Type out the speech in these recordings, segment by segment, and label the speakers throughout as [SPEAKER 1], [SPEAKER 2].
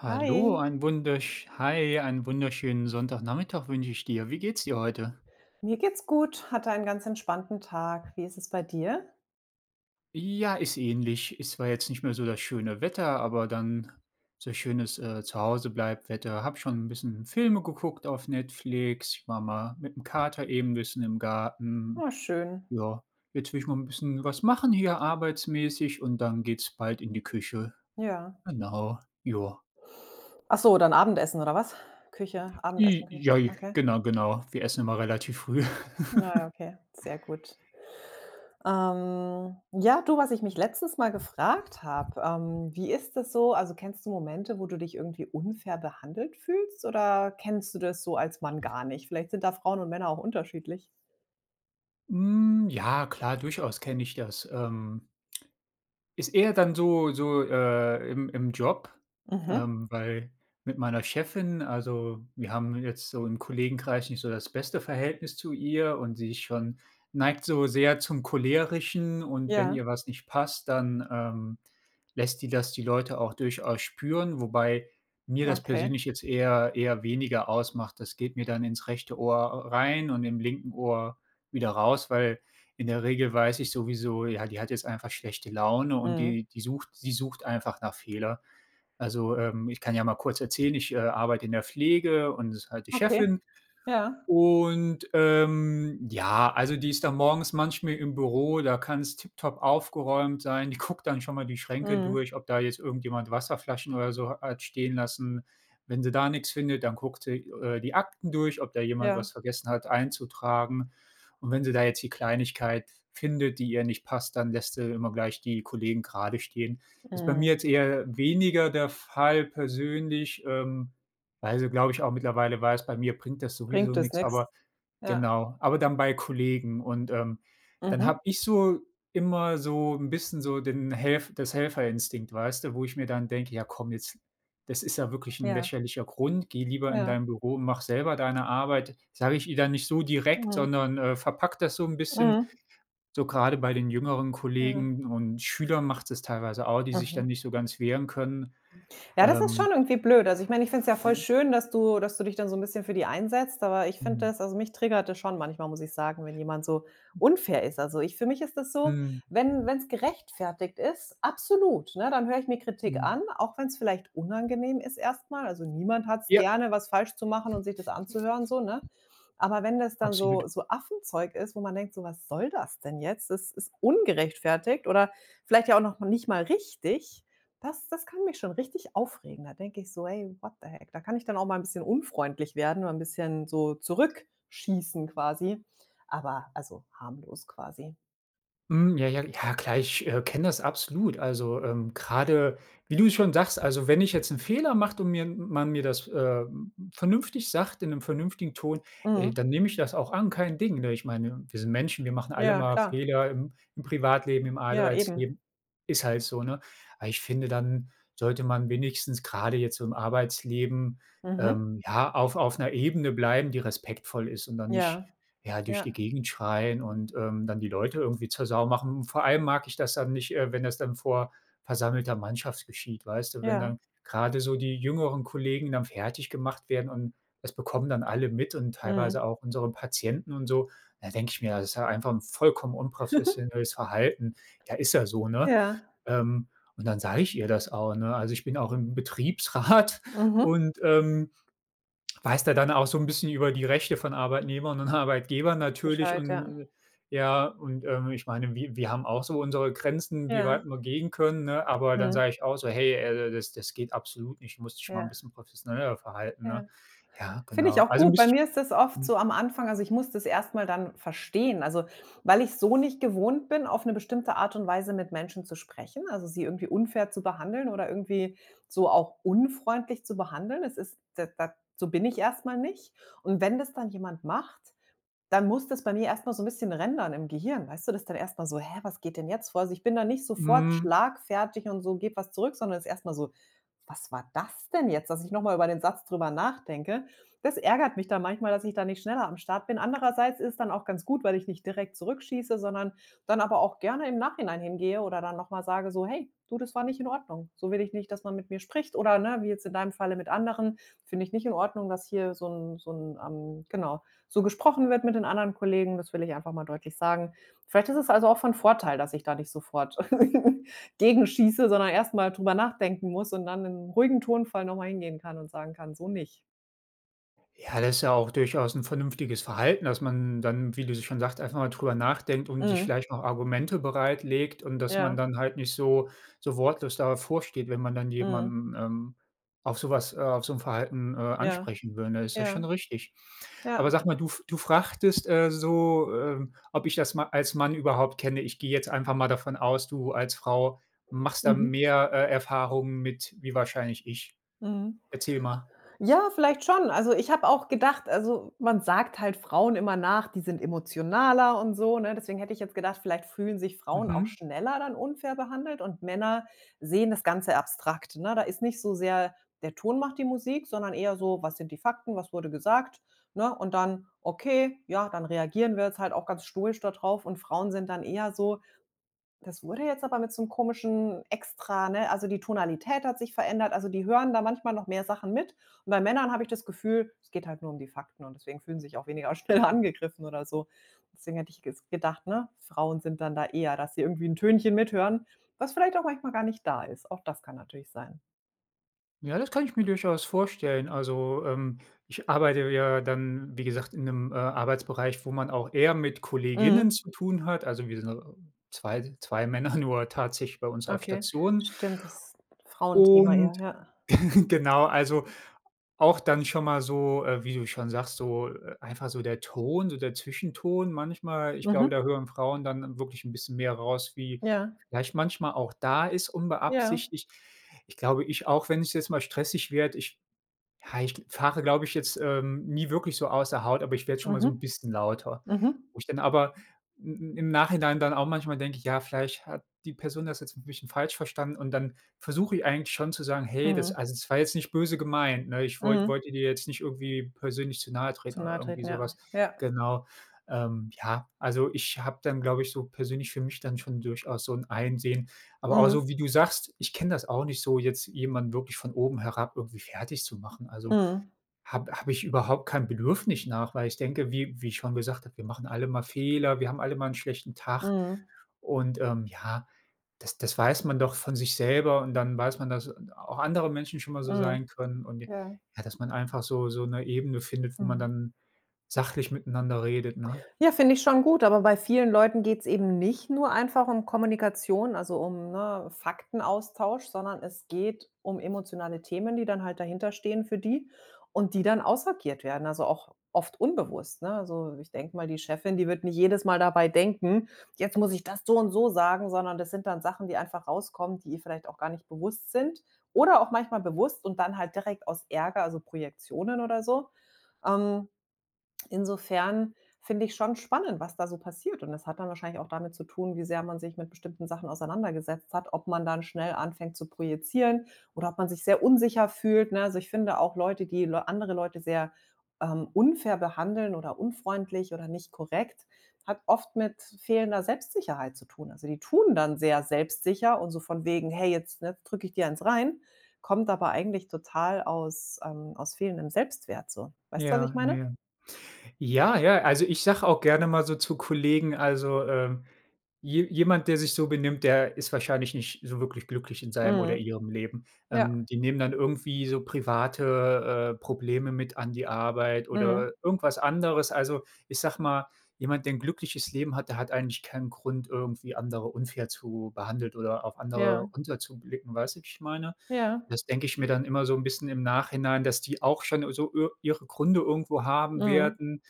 [SPEAKER 1] Hallo,
[SPEAKER 2] Hi,
[SPEAKER 1] ein wundersch hi, einen wunderschönen Sonntagnachmittag wünsche ich dir. Wie geht's dir heute?
[SPEAKER 2] mir geht's gut, hatte einen ganz entspannten Tag. Wie ist es bei dir?
[SPEAKER 1] Ja, ist ähnlich. Ist zwar jetzt nicht mehr so das schöne Wetter, aber dann so schönes Zuhause-Bleib-Wetter. Hab schon ein bisschen Filme geguckt auf Netflix. Ich war mal mit dem Kater eben ein bisschen im Garten.
[SPEAKER 2] Oh, schön,
[SPEAKER 1] Ja, jetzt will ich mal 'n bisschen was machen hier arbeitsmäßig und dann geht's bald in die Küche.
[SPEAKER 2] ja.
[SPEAKER 1] Genau, ja.
[SPEAKER 2] Ach so, dann Abendessen oder was? Küche,
[SPEAKER 1] I
[SPEAKER 2] Abendessen, Küche.
[SPEAKER 1] Ja,
[SPEAKER 2] Okay.
[SPEAKER 1] genau, genau. Wir essen immer relativ früh.
[SPEAKER 2] Na ja, okay, sehr gut. Ja, du, was ich mich letztens mal gefragt habe, wie ist das so? Also kennst du Momente, wo du dich irgendwie unfair behandelt fühlst oder kennst du das so als Mann gar nicht? Vielleicht sind da Frauen und Männer auch unterschiedlich.
[SPEAKER 1] Hm, ja, klar, durchaus kenne ich das. Ist eher dann so, im Job,
[SPEAKER 2] Mhm.
[SPEAKER 1] weil mit meiner Chefin, also, wir haben jetzt so im Kollegenkreis nicht so das beste Verhältnis zu ihr und sie ist schon neigt so sehr zum Cholerischen, und wenn
[SPEAKER 2] Ja,
[SPEAKER 1] ihr was nicht passt, dann lässt die das die Leute auch durchaus spüren, wobei mir das
[SPEAKER 2] okay.
[SPEAKER 1] persönlich jetzt eher weniger ausmacht. Das geht mir dann ins rechte Ohr rein und im linken Ohr wieder raus, weil in der Regel weiß ich sowieso, ja, die hat jetzt einfach schlechte Laune und
[SPEAKER 2] Mhm.
[SPEAKER 1] die die sucht sie sucht einfach nach Fehler. Also, ich kann ja mal kurz erzählen, ich arbeite in der Pflege und es ist halt die
[SPEAKER 2] Okay.
[SPEAKER 1] Chefin,
[SPEAKER 2] Ja.
[SPEAKER 1] und ja, also, die ist dann morgens manchmal im Büro, da kann es tipptopp aufgeräumt sein. Die guckt dann schon mal die Schränke
[SPEAKER 2] Mhm.
[SPEAKER 1] durch, ob da jetzt irgendjemand Wasserflaschen oder so hat stehen lassen. Wenn sie da nichts findet, dann guckt sie die Akten durch, ob da jemand
[SPEAKER 2] Ja.
[SPEAKER 1] was vergessen hat einzutragen. Und wenn sie da jetzt die Kleinigkeit findet, die ihr nicht passt, dann lässt sie immer gleich die Kollegen gerade stehen. Ist bei mir
[SPEAKER 2] Mhm.
[SPEAKER 1] jetzt eher weniger der Fall persönlich, also, glaube ich auch, mittlerweile weiß, bei mir bringt das
[SPEAKER 2] Bringt
[SPEAKER 1] sowieso
[SPEAKER 2] es
[SPEAKER 1] nix,
[SPEAKER 2] nix.
[SPEAKER 1] aber
[SPEAKER 2] Ja.
[SPEAKER 1] genau, aber dann bei Kollegen, und dann
[SPEAKER 2] Mhm.
[SPEAKER 1] habe ich so immer so 'n bisschen so den Helferinstinkt, weißt du, wo ich mir dann denke: „Ja komm, jetzt, das ist ja wirklich 'n
[SPEAKER 2] Ja.
[SPEAKER 1] lächerlicher Grund, geh lieber in
[SPEAKER 2] Ja.
[SPEAKER 1] dein Büro und mach selber deine Arbeit.“ Sage ich ihr dann nicht so direkt,
[SPEAKER 2] Mhm.
[SPEAKER 1] sondern verpacke das so 'n bisschen.
[SPEAKER 2] Mhm.
[SPEAKER 1] So grade bei den jüngeren
[SPEAKER 2] Ja.
[SPEAKER 1] Kollegen und Schülern macht es teilweise auch, die sich dann
[SPEAKER 2] Mhm.
[SPEAKER 1] nicht so ganz wehren können.
[SPEAKER 2] Ja, das ist
[SPEAKER 1] Ähm,
[SPEAKER 2] schon irgendwie blöd. Also, ich meine, ich finde es ja voll
[SPEAKER 1] ja.
[SPEAKER 2] schön, dass du dich dann so 'n bisschen für die einsetzt, aber ich finde
[SPEAKER 1] Mhm.
[SPEAKER 2] das also, mich triggert das schon manchmal, muss ich sagen, wenn jemand so unfair ist. Also, ich für mich ist das so,
[SPEAKER 1] Mhm.
[SPEAKER 2] wenn wenn's gerechtfertigt ist, absolut, ne, dann höre ich mir Kritik an,
[SPEAKER 1] Mhm.
[SPEAKER 2] auch wenn's vielleicht unangenehm ist erst mal. Also, niemand hat's
[SPEAKER 1] Ja.
[SPEAKER 2] gerne, was falsch zu machen und sich das anzuhören so, ne? Aber wenn das dann
[SPEAKER 1] Absolut.
[SPEAKER 2] so Affenzeug ist, wo man denkt: „So, was soll das denn jetzt? Das ist ungerechtfertigt oder vielleicht ja auch noch nicht mal richtig.“ Das kann mich schon richtig aufregen. Da denke ich so: „Ey, what the heck?“ Da kann ich dann auch mal ein bisschen unfreundlich werden, mal ein bisschen so zurückschießen quasi, aber also harmlos quasi.
[SPEAKER 1] Hm, ja, ja, ja, klar, ich kenne das absolut. Also, grade, wie du schon sagst, also, wenn ich jetzt einen Fehler macht und mir man mir das vernünftig sagt in einem vernünftigen Ton,
[SPEAKER 2] Mhm.
[SPEAKER 1] dann nehme ich das auch an, kein Ding, ne? Ich meine, wir sind Menschen, wir machen alle
[SPEAKER 2] Ja,
[SPEAKER 1] mal
[SPEAKER 2] klar.
[SPEAKER 1] Fehler im Privatleben, im
[SPEAKER 2] Ja, eben.
[SPEAKER 1] Arbeitsleben. Ist halt so, ne? Aber ich finde, dann sollte man wenigstens gerade jetzt so im Arbeitsleben
[SPEAKER 2] Mhm.
[SPEAKER 1] ja, auf einer Ebene bleiben, die respektvoll ist und dann nicht,
[SPEAKER 2] Ja,
[SPEAKER 1] ja, durch die
[SPEAKER 2] ja,
[SPEAKER 1] Gegend schreien und dann die Leute irgendwie zur Sau machen. Und vor allem mag ich das dann nicht wenn das dann vor versammelter Mannschaft geschieht, weißt du? Wenn
[SPEAKER 2] ja.
[SPEAKER 1] dann gerade so die jüngeren Kollegen dann fertig gemacht werden, und das bekommen dann alle mit und
[SPEAKER 2] Mhm.
[SPEAKER 1] teilweise auch unsere Patienten und so. Da denke ich mir, das ist ja einfach ein vollkommen unprofessionelles Verhalten. Ja, ist ja so, ne?
[SPEAKER 2] Ja.
[SPEAKER 1] Ähm, und dann sage ich ihr das auch, ne? Also, ich bin auch im Betriebsrat
[SPEAKER 2] Mhm.
[SPEAKER 1] und weiß er dann auch so ein bisschen über die Rechte von Arbeitnehmern und Arbeitgebern natürlich,
[SPEAKER 2] Bescheid, ja.
[SPEAKER 1] und ja, und ich meine, wir haben auch so unsere Grenzen, wie
[SPEAKER 2] Ja.
[SPEAKER 1] weit wir gehen können, ne? Aber dann
[SPEAKER 2] Mhm.
[SPEAKER 1] sage ich auch so: „Hey, das geht absolut nicht. Du musst dich mal ein
[SPEAKER 2] Ja,
[SPEAKER 1] bisschen professioneller verhalten“,
[SPEAKER 2] ja.
[SPEAKER 1] ne? Ja,
[SPEAKER 2] Finde ich
[SPEAKER 1] genau.
[SPEAKER 2] auch
[SPEAKER 1] Also ein
[SPEAKER 2] gut. Bei
[SPEAKER 1] bisschen
[SPEAKER 2] mir ist das oft so am Anfang also, ich muss das erstmal dann verstehen, also, weil ich so nicht gewohnt bin, auf eine bestimmte Art und Weise mit Menschen zu sprechen, also, sie irgendwie unfair zu behandeln oder irgendwie so auch unfreundlich zu behandeln. Es ist da so bin ich erstmal nicht. Und wenn das dann jemand macht, dann muss das bei mir erstmal so ein bisschen rendern im Gehirn, weißt du? Das ist dann erstmal so: „Hä, was geht denn jetzt vor?“ Also, ich bin da nicht sofort
[SPEAKER 1] mhm.
[SPEAKER 2] schlagfertig und so gebe was zurück, sondern es ist erstmal so: „Was war das denn jetzt?“, dass ich nochmal über den Satz drüber nachdenke. Das ärgert mich dann manchmal, dass ich da nicht schneller am Start bin. Andererseits ist es dann auch ganz gut, weil ich nicht direkt zurückschieße, sondern dann aber auch gerne im Nachhinein hingehe oder dann nochmal sage so: „Hey, du, das war nicht in Ordnung. So will ich nicht, dass man mit mir spricht“ oder, ne, wie jetzt in deinem Falle mit anderen: „Finde ich nicht in Ordnung, dass hier so ein“ genau, so gesprochen wird mit den anderen Kollegen, das will ich einfach mal deutlich sagen. Vielleicht ist es also auch von Vorteil, dass ich da nicht sofort gegenschieße, sondern erst mal drüber nachdenken muss und dann in ruhigen Tonfall noch mal hingehen kann und sagen kann: „So nicht.“
[SPEAKER 1] Ja, das ist ja auch durchaus ein vernünftiges Verhalten, dass man dann, wie du schon sagst, einfach mal drüber nachdenkt und sich
[SPEAKER 2] Mhm.
[SPEAKER 1] vielleicht noch Argumente bereitlegt und dass man
[SPEAKER 2] Ja.
[SPEAKER 1] dann halt nicht so wortlos davor steht, wenn man dann
[SPEAKER 2] Mhm.
[SPEAKER 1] jemanden auf sowas, auf so ein Verhalten,
[SPEAKER 2] Ja.
[SPEAKER 1] ansprechen würde. Ist das schon
[SPEAKER 2] Ja.
[SPEAKER 1] richtig. Aber
[SPEAKER 2] Ja.
[SPEAKER 1] sag mal, du fragtest, so, ob ich das ma als Mann überhaupt kenne. Ich gehe jetzt einfach mal davon aus, du als Frau machst da
[SPEAKER 2] Mhm.
[SPEAKER 1] mehr Erfahrungen mit, wie wahrscheinlich ich.
[SPEAKER 2] Mhm.
[SPEAKER 1] Erzähl mal.
[SPEAKER 2] Ja, vielleicht schon. Also, ich habe auch gedacht also, man sagt halt Frauen immer nach, die sind emotionaler und so, ne? Deswegen hätte ich jetzt gedacht, vielleicht fühlen sich Frauen auch
[SPEAKER 1] Mhm.
[SPEAKER 2] schneller dann unfair behandelt und Männer sehen das Ganze abstrakt, ne? Da ist nicht so sehr der Ton macht die Musik, sondern eher so: „Was sind die Fakten? Was wurde gesagt?“, ne? Und dann: „Okay, ja, dann reagieren wir jetzt halt auch ganz stoisch darauf. Und Frauen sind dann eher so: das wurde jetzt aber mit so 'nem komischen Extra, ne? Also, die Tonalität hat sich verändert. Also, die hören da manchmal noch mehr Sachen mit. Und bei Männern habe ich das Gefühl, es geht halt nur um die Fakten und deswegen fühlen sich auch weniger schnell angegriffen oder so. Deswegen hätte ich ges gedacht, ne, Frauen sind dann da eher, dass sie irgendwie 'n Tönchen mithören, was vielleicht auch manchmal gar nicht da ist. Auch das kann natürlich sein.
[SPEAKER 1] Ja, das kann ich mir durchaus vorstellen. Also, ich arbeite ja dann, wie gesagt, in einem Arbeitsbereich, wo man auch eher mit
[SPEAKER 2] Mhm.
[SPEAKER 1] Kolleginnen zu tun hat. Also, wir sind, zwei 2 Männer nur tatsächlich bei uns auf
[SPEAKER 2] Okay.
[SPEAKER 1] Station.
[SPEAKER 2] Stimmt, das Frauenthema
[SPEAKER 1] Und
[SPEAKER 2] eher, ja.
[SPEAKER 1] genau, also, auch dann schon mal so, wie du schon sagst, so, einfach so der Ton, so der Zwischenton manchmal. Ich glaube,
[SPEAKER 2] Mhm.
[SPEAKER 1] da hören Frauen dann wirklich ein bisschen mehr raus, wie
[SPEAKER 2] Ja,
[SPEAKER 1] vielleicht manchmal auch da ist,
[SPEAKER 2] ja.
[SPEAKER 1] unbeabsichtigt. Ich glaube, ich auch, wenn es jetzt mal stressig wird, ich fahre, glaube ich, jetzt nie wirklich so außer Haut, aber ich werde schon mal so 'n
[SPEAKER 2] Mhm.
[SPEAKER 1] bisschen lauter.
[SPEAKER 2] Mhm.
[SPEAKER 1] Wo ich dann aber i im Nachhinein dann auch manchmal denke: „Ja, vielleicht hat die Person das jetzt 'n bisschen falsch verstanden“, und dann versuche ich eigentlich schon zu sagen: „Hey, das,
[SPEAKER 2] Mhm.
[SPEAKER 1] also, das war jetzt nicht böse gemeint, ne? Ich wollt
[SPEAKER 2] Mhm.
[SPEAKER 1] wollte dir jetzt nicht irgendwie persönlich zu nahe treten“
[SPEAKER 2] So
[SPEAKER 1] oder
[SPEAKER 2] nahe
[SPEAKER 1] irgendwie
[SPEAKER 2] treten,
[SPEAKER 1] so
[SPEAKER 2] ja.
[SPEAKER 1] was.
[SPEAKER 2] Ja.
[SPEAKER 1] Genau. Ja, also, ich habe dann, glaube ich, so persönlich für mich dann schon durchaus so 'n Einsehen, aber auch
[SPEAKER 2] Mhm.
[SPEAKER 1] so, wie du sagst, ich kenne das auch nicht so, jetzt jemanden wirklich von oben herab irgendwie fertig zu machen. Also,
[SPEAKER 2] Mhm.
[SPEAKER 1] habe ich überhaupt kein Bedürfnis nach, weil ich denke, wie ich schon gesagt habe, wir machen alle mal Fehler, wir haben alle mal einen schlechten Tag,
[SPEAKER 2] Mhm.
[SPEAKER 1] und ja, das weiß man doch von sich selber, und dann weiß man, dass auch andere Menschen schon mal so
[SPEAKER 2] Mhm.
[SPEAKER 1] sein können, und
[SPEAKER 2] Ja.
[SPEAKER 1] ja, dass man einfach so eine Ebene findet, wo man
[SPEAKER 2] Mhm.
[SPEAKER 1] dann sachlich miteinander redet, ne?
[SPEAKER 2] Ja, finde ich schon gut, aber bei vielen Leuten geht's eben nicht nur einfach um Kommunikation, also um, ne, Faktenaustausch, sondern es geht um emotionale Themen, die dann halt dahinter stehen für die und die dann ausagiert werden, also auch oft unbewusst, ne? Also, ich denke mal, die Chefin, die wird nicht jedes Mal dabei denken: „Jetzt muss ich das so und so sagen“, sondern das sind dann Sachen, die einfach rauskommen, die ihr vielleicht auch gar nicht bewusst sind oder auch manchmal bewusst und dann halt direkt aus Ärger, also Projektionen oder so. Ähm, Insofern finde ich schon spannend, was da so passiert und das hat dann wahrscheinlich auch damit zu tun, wie sehr man sich mit bestimmten Sachen auseinandergesetzt hat, ob man dann schnell anfängt zu projizieren oder ob man sich sehr unsicher fühlt, ne? Also, ich finde auch Leute, die Leu andere Leute sehr, unfair behandeln oder unfreundlich oder nicht korrekt, hat oft mit fehlender Selbstsicherheit zu tun. Also, die tun dann sehr selbstsicher und so von wegen: „Hey, jetzt, ne, drücke ich dir eins rein“, kommt aber eigentlich total aus, aus fehlendem Selbstwert so. Weißt du, was ich
[SPEAKER 1] Ja, ja,
[SPEAKER 2] meine?
[SPEAKER 1] ja. Ja, ja, also, ich sage auch gerne mal so zu Kollegen, also, je jemand, der sich so benimmt, der ist wahrscheinlich nicht so wirklich glücklich in seinem oder
[SPEAKER 2] Mhm.
[SPEAKER 1] ihrem Leben.
[SPEAKER 2] Ja,
[SPEAKER 1] Die nehmen dann irgendwie so private Probleme mit an die Arbeit
[SPEAKER 2] mhm.
[SPEAKER 1] oder irgendwas anderes. Also, ich sag mal, jemand, der ein glückliches Leben hat, der hat eigentlich keinen Grund, irgendwie andere unfair zu behandelt oder auf andere
[SPEAKER 2] Ja,
[SPEAKER 1] runterzublicken, weißt du, wie ich meine?
[SPEAKER 2] ja.
[SPEAKER 1] Das denke ich mir dann immer so ein bisschen im Nachhinein, dass die auch schon so ir ihre Gründe irgendwo haben
[SPEAKER 2] Mhm.
[SPEAKER 1] werden,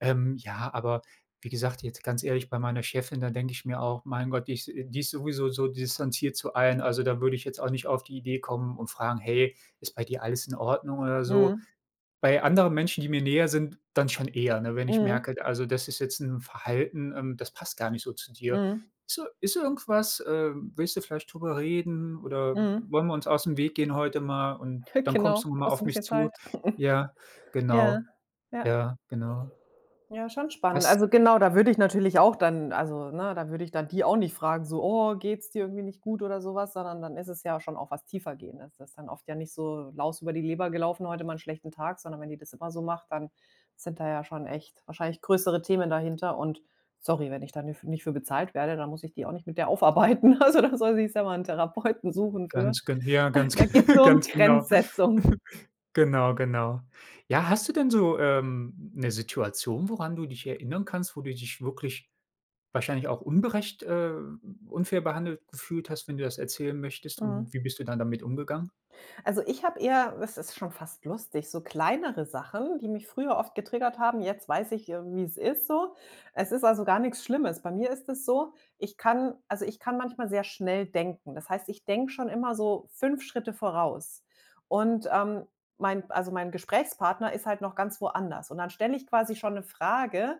[SPEAKER 1] ja, aber wie gesagt, jetzt ganz ehrlich, bei meiner Chefin, da denke ich mir auch: „Mein Gott, die ist sowieso so distanziert zu allen.“ Also, da würde ich jetzt auch nicht auf die Idee kommen und fragen: „Hey, ist bei dir alles in Ordnung?“ oder so.
[SPEAKER 2] Mhm.
[SPEAKER 1] Bei anderen Menschen, die mir näher sind, dann schon eher, ne, wenn ich
[SPEAKER 2] Mhm.
[SPEAKER 1] merke, also, das ist jetzt ein Verhalten das passt gar nicht so zu dir.
[SPEAKER 2] Mhm.
[SPEAKER 1] „Ist irgendwas? Willst du vielleicht drüber reden, oder
[SPEAKER 2] Mhm.
[SPEAKER 1] wollen wir uns aus dem Weg gehen heute mal und dann kommst
[SPEAKER 2] Genau,
[SPEAKER 1] du mal
[SPEAKER 2] brauchst du
[SPEAKER 1] auf
[SPEAKER 2] ein
[SPEAKER 1] mich
[SPEAKER 2] bisschen
[SPEAKER 1] zu?“
[SPEAKER 2] Zeit.
[SPEAKER 1] Ja,
[SPEAKER 2] Ja,
[SPEAKER 1] genau.
[SPEAKER 2] ja.
[SPEAKER 1] Ja, genau.
[SPEAKER 2] Ja, schon spannend.
[SPEAKER 1] Hast
[SPEAKER 2] Also genau, da würde ich natürlich auch dann also, ne, da würde ich dann die auch nicht fragen, so: „Oh, geht's dir irgendwie nicht gut?“ oder sowas, sondern dann ist es ja schon auch was Tiefergehendes. Das ist dann oft ja nicht so Laus über die Leber gelaufen, heute mal einen schlechten Tag, sondern wenn die das immer so macht, dann sind da ja schon echt wahrscheinlich größere Themen dahinter und sorry, wenn ich da nicht für bezahlt werde, dann muss ich die auch nicht mit der aufarbeiten. Also, da soll sie sich selber einen Therapeuten suchen für.
[SPEAKER 1] Ganz gen Ja, ganz
[SPEAKER 2] Da geht's nur um
[SPEAKER 1] ganz genau.
[SPEAKER 2] Grenzsetzung.
[SPEAKER 1] Genau, genau. Ja, hast du denn so 'ne Situation, woran du dich erinnern kannst, wo du dich wirklich wahrscheinlich auch unberecht unfair behandelt gefühlt hast, wenn du das erzählen möchtest,
[SPEAKER 2] Mhm.
[SPEAKER 1] und wie bist du dann damit umgegangen?
[SPEAKER 2] Also, ich habe eher es ist schon fast lustig, so kleinere Sachen, die mich früher oft getriggert haben. Jetzt weiß ich, wie es ist so. Es ist also gar nichts Schlimmes. Bei mir ist es so, ich kann also, ich kann manchmal sehr schnell denken. Das heißt, ich denke schon immer so 5 Schritte voraus. Und, mein also, mein Gesprächspartner ist halt noch ganz woanders. Und dann stelle ich quasi schon eine Frage,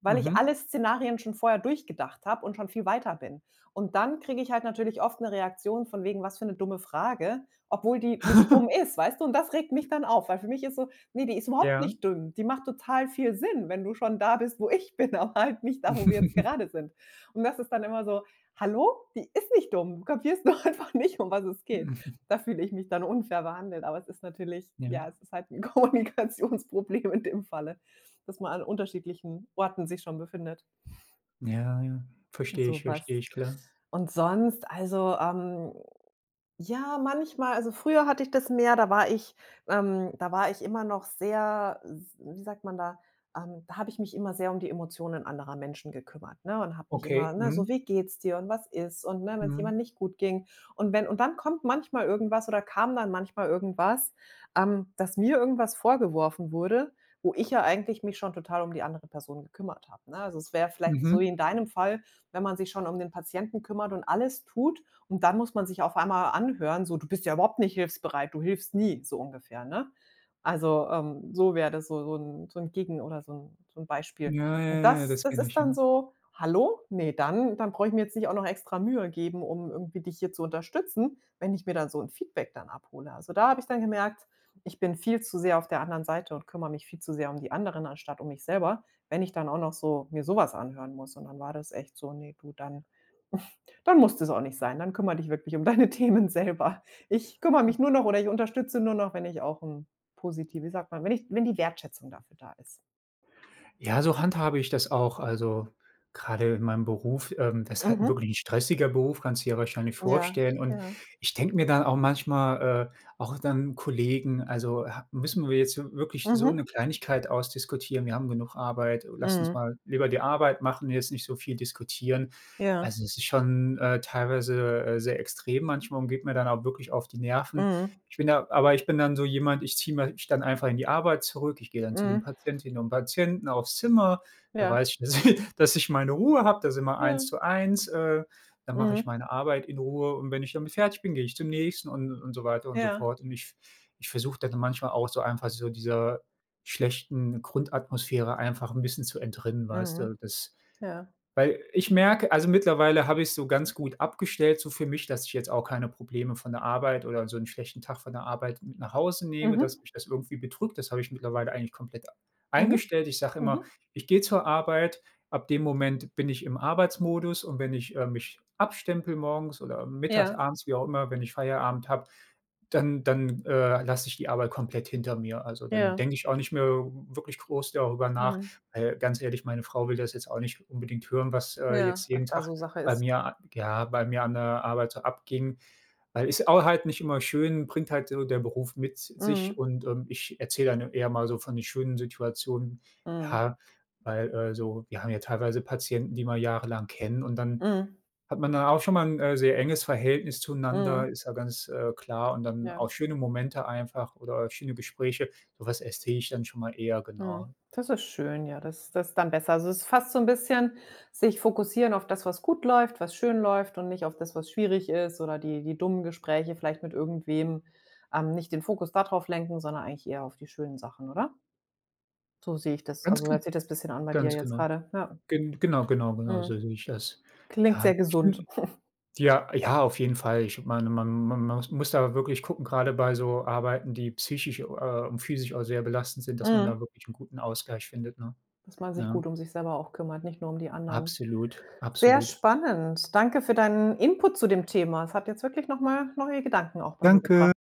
[SPEAKER 2] weil ich
[SPEAKER 1] Mhm.
[SPEAKER 2] alle Szenarien schon vorher durchgedacht habe und schon viel weiter bin. Und dann kriege ich halt natürlich oft eine Reaktion von wegen: „Was für eine dumme Frage.“ obwohl die nicht dumm ist, weißt du? Und das regt mich dann auf, weil für mich ist so: „Ne, die ist überhaupt
[SPEAKER 1] Ja.
[SPEAKER 2] nicht dumm. Die macht total viel Sinn, wenn du schon da bist, wo ich bin, aber halt nicht da, wo wir jetzt gerade sind.“ Und das ist dann immer so: „Hallo, die ist nicht dumm. Du kapierst nur einfach nicht, um was es geht.“ Da fühle ich mich dann unfair behandelt, aber es ist natürlich
[SPEAKER 1] Ja,
[SPEAKER 2] ja, es ist halt 'n Kommunikationsproblem in dem Falle, dass man an unterschiedlichen Orten sich schon befindet
[SPEAKER 1] ja, ja.
[SPEAKER 2] so was.
[SPEAKER 1] Verstehe ich, klar.
[SPEAKER 2] Und sonst, also, ja, manchmal. Also, früher hatte ich das mehr, da war ich immer noch sehr, s wie sagt man da, da habe ich mich immer sehr um die Emotionen anderer Menschen gekümmert, ne, und habe mich immer,
[SPEAKER 1] Okay.
[SPEAKER 2] ne, so:
[SPEAKER 1] Mhm.
[SPEAKER 2] „Wie geht's dir und was ist?“ Und, ne, wenn es
[SPEAKER 1] Mhm.
[SPEAKER 2] jemand nicht gut ging. Und wenn und dann kommt manchmal irgendwas oder kam dann manchmal irgendwas, dass mir irgendwas vorgeworfen wurde, wo ich ja eigentlich mich schon total um die andere Person gekümmert habe, ne? Also, es wäre vielleicht so wie
[SPEAKER 1] Mhm.
[SPEAKER 2] in deinem Fall, wenn man sich schon um den Patienten kümmert und alles tut, und dann muss man sich auf einmal anhören, so: „Du bist ja überhaupt nicht hilfsbereit, du hilfst nie“, so ungefähr, ne? Also, so wäre das so so ein so 'n Gegen oder so ein so 'n Beispiel.
[SPEAKER 1] Ja, ja,
[SPEAKER 2] Und
[SPEAKER 1] ja,
[SPEAKER 2] das
[SPEAKER 1] das
[SPEAKER 2] das
[SPEAKER 1] kenne
[SPEAKER 2] ist
[SPEAKER 1] ich, ja.
[SPEAKER 2] dann so: „Hallo? Ne, dann brauche ich mir jetzt nicht auch noch extra Mühe geben, um irgendwie dich hier zu unterstützen“, wenn ich mir dann so ein Feedback dann abhole. Also, da habe ich dann gemerkt, ich bin viel zu sehr auf der anderen Seite und kümmere mich viel zu sehr um die anderen, anstatt um mich selber, wenn ich dann auch noch so mir sowas anhören muss. Und dann war das echt so: nee, du, dann“ dann muss das auch nicht sein. Dann kümmere dich wirklich um deine Themen selber. Ich kümmere mich nur noch oder ich unterstütze nur noch, wenn ich auch ein positiv wie sagt man, wenn die Wertschätzung dafür da ist.
[SPEAKER 1] Ja, so handhabe ich das auch. Also, gerade in meinem Beruf, das ist halt
[SPEAKER 2] Mhm.
[SPEAKER 1] wirklich ein stressiger Beruf, kannst du dir wahrscheinlich
[SPEAKER 2] Ja,
[SPEAKER 1] vorstellen. Und
[SPEAKER 2] ja.
[SPEAKER 1] ich denke mir dann auch manchmal, auch dann Kollegen, also, ha müssen wir jetzt wirklich so
[SPEAKER 2] Mhm.
[SPEAKER 1] eine Kleinigkeit ausdiskutieren? Wir haben genug Arbeit. Lasst uns
[SPEAKER 2] Mhm.
[SPEAKER 1] mal lieber die Arbeit machen, jetzt nicht so viel diskutieren.
[SPEAKER 2] Ja.
[SPEAKER 1] Also, es ist schon teilweise sehr extrem manchmal und geht mir dann auch wirklich auf die Nerven.
[SPEAKER 2] Mhm.
[SPEAKER 1] Ich bin dann so jemand, ich ziehe mich dann einfach in die Arbeit zurück. Ich gehe dann zu den
[SPEAKER 2] Mhm.
[SPEAKER 1] Patientinnen und Patienten aufs Zimmer. Da
[SPEAKER 2] Ja.
[SPEAKER 1] weiß ich, dass ich meine Ruhe habe, da sind wir
[SPEAKER 2] Ja.
[SPEAKER 1] eins zu eins. Dann mache ich
[SPEAKER 2] Mhm.
[SPEAKER 1] meine Arbeit in Ruhe, und wenn ich damit fertig bin, gehe ich zum nächsten, und so weiter und so
[SPEAKER 2] Ja.
[SPEAKER 1] fort. Und ich versuche dann manchmal auch so einfach so dieser schlechten Grundatmosphäre einfach ein bisschen zu entrinnen, weißt
[SPEAKER 2] Mhm.
[SPEAKER 1] du? Das
[SPEAKER 2] Ja.
[SPEAKER 1] weil ich merke, also, mittlerweile habe ich's so ganz gut abgestellt so für mich, dass ich jetzt auch keine Probleme von der Arbeit oder so einen schlechten Tag von der Arbeit mit nach Hause nehme, dass
[SPEAKER 2] Mhm.
[SPEAKER 1] mich das irgendwie bedrückt. Das habe ich mittlerweile eigentlich komplett
[SPEAKER 2] Mhm.
[SPEAKER 1] eingestellt. Ich sage immer:
[SPEAKER 2] Mhm.
[SPEAKER 1] „Ich gehe zur Arbeit, ab dem Moment bin ich im Arbeitsmodus, und wenn ich mich abstempel morgens oder mittags,
[SPEAKER 2] Ja.
[SPEAKER 1] abends, wie auch immer, wenn ich Feierabend habe, dann lasse ich die Arbeit komplett hinter mir.“ Also, dann
[SPEAKER 2] Ja.
[SPEAKER 1] denke ich auch nicht mehr wirklich groß darüber nach,
[SPEAKER 2] Mhm.
[SPEAKER 1] ganz ehrlich, meine Frau will das jetzt auch nicht unbedingt hören, was
[SPEAKER 2] Ja,
[SPEAKER 1] jetzt
[SPEAKER 2] was
[SPEAKER 1] jeden
[SPEAKER 2] da
[SPEAKER 1] Tag
[SPEAKER 2] so Sache ist.
[SPEAKER 1] bei mir an der Arbeit so abging, weil ist auch halt nicht immer schön, bringt halt so der Beruf mit sich,
[SPEAKER 2] Mhm.
[SPEAKER 1] und ich erzähle dann eher mal so von den schönen Situationen,
[SPEAKER 2] Mhm.
[SPEAKER 1] ja, weil so, wir haben ja teilweise Patienten, die man jahrelang kennen, und dann
[SPEAKER 2] Mhm.
[SPEAKER 1] hat man da auch schon mal 'n sehr enges Verhältnis zueinander,
[SPEAKER 2] Mhm.
[SPEAKER 1] ist ja ganz klar, und dann
[SPEAKER 2] Ja.
[SPEAKER 1] auch schöne Momente einfach oder schöne Gespräche. So was erzähle ich dann schon mal eher,
[SPEAKER 2] Mhm.
[SPEAKER 1] genau.
[SPEAKER 2] Das ist schön, ja, das ist dann besser. Also, es ist fast so ein bisschen sich fokussieren auf das, was gut läuft, was schön läuft und nicht auf das, was schwierig ist oder die dummen Gespräche vielleicht mit irgendwem, nicht den Fokus da drauf lenken, sondern eigentlich eher auf die schönen Sachen, oder? So sehe ich das
[SPEAKER 1] Ganz
[SPEAKER 2] also,
[SPEAKER 1] ge
[SPEAKER 2] hört sich das ein bisschen an bei dir
[SPEAKER 1] ganz
[SPEAKER 2] jetzt
[SPEAKER 1] genau.
[SPEAKER 2] gerade. Ja,
[SPEAKER 1] Genau, genau, genau,
[SPEAKER 2] mhm.
[SPEAKER 1] so sehe ich das.
[SPEAKER 2] Klingt
[SPEAKER 1] Ja,
[SPEAKER 2] sehr
[SPEAKER 1] ich
[SPEAKER 2] gesund.
[SPEAKER 1] bin ja, ja, auf jeden Fall. Ich meine, man muss da wirklich gucken, grade bei so Arbeiten, die psychisch und physisch auch sehr belastend sind, dass man
[SPEAKER 2] Mhm.
[SPEAKER 1] da wirklich 'n guten Ausgleich findet, ne?
[SPEAKER 2] Dass man sich
[SPEAKER 1] Ja,
[SPEAKER 2] gut um sich selber auch kümmert, nicht nur um die anderen.
[SPEAKER 1] absolut,
[SPEAKER 2] Sehr
[SPEAKER 1] absolut.
[SPEAKER 2] spannend. Danke für deinen Input zu dem Thema. Es hat jetzt wirklich noch mal neue Gedanken auch bei mir
[SPEAKER 1] Danke.
[SPEAKER 2] gebracht.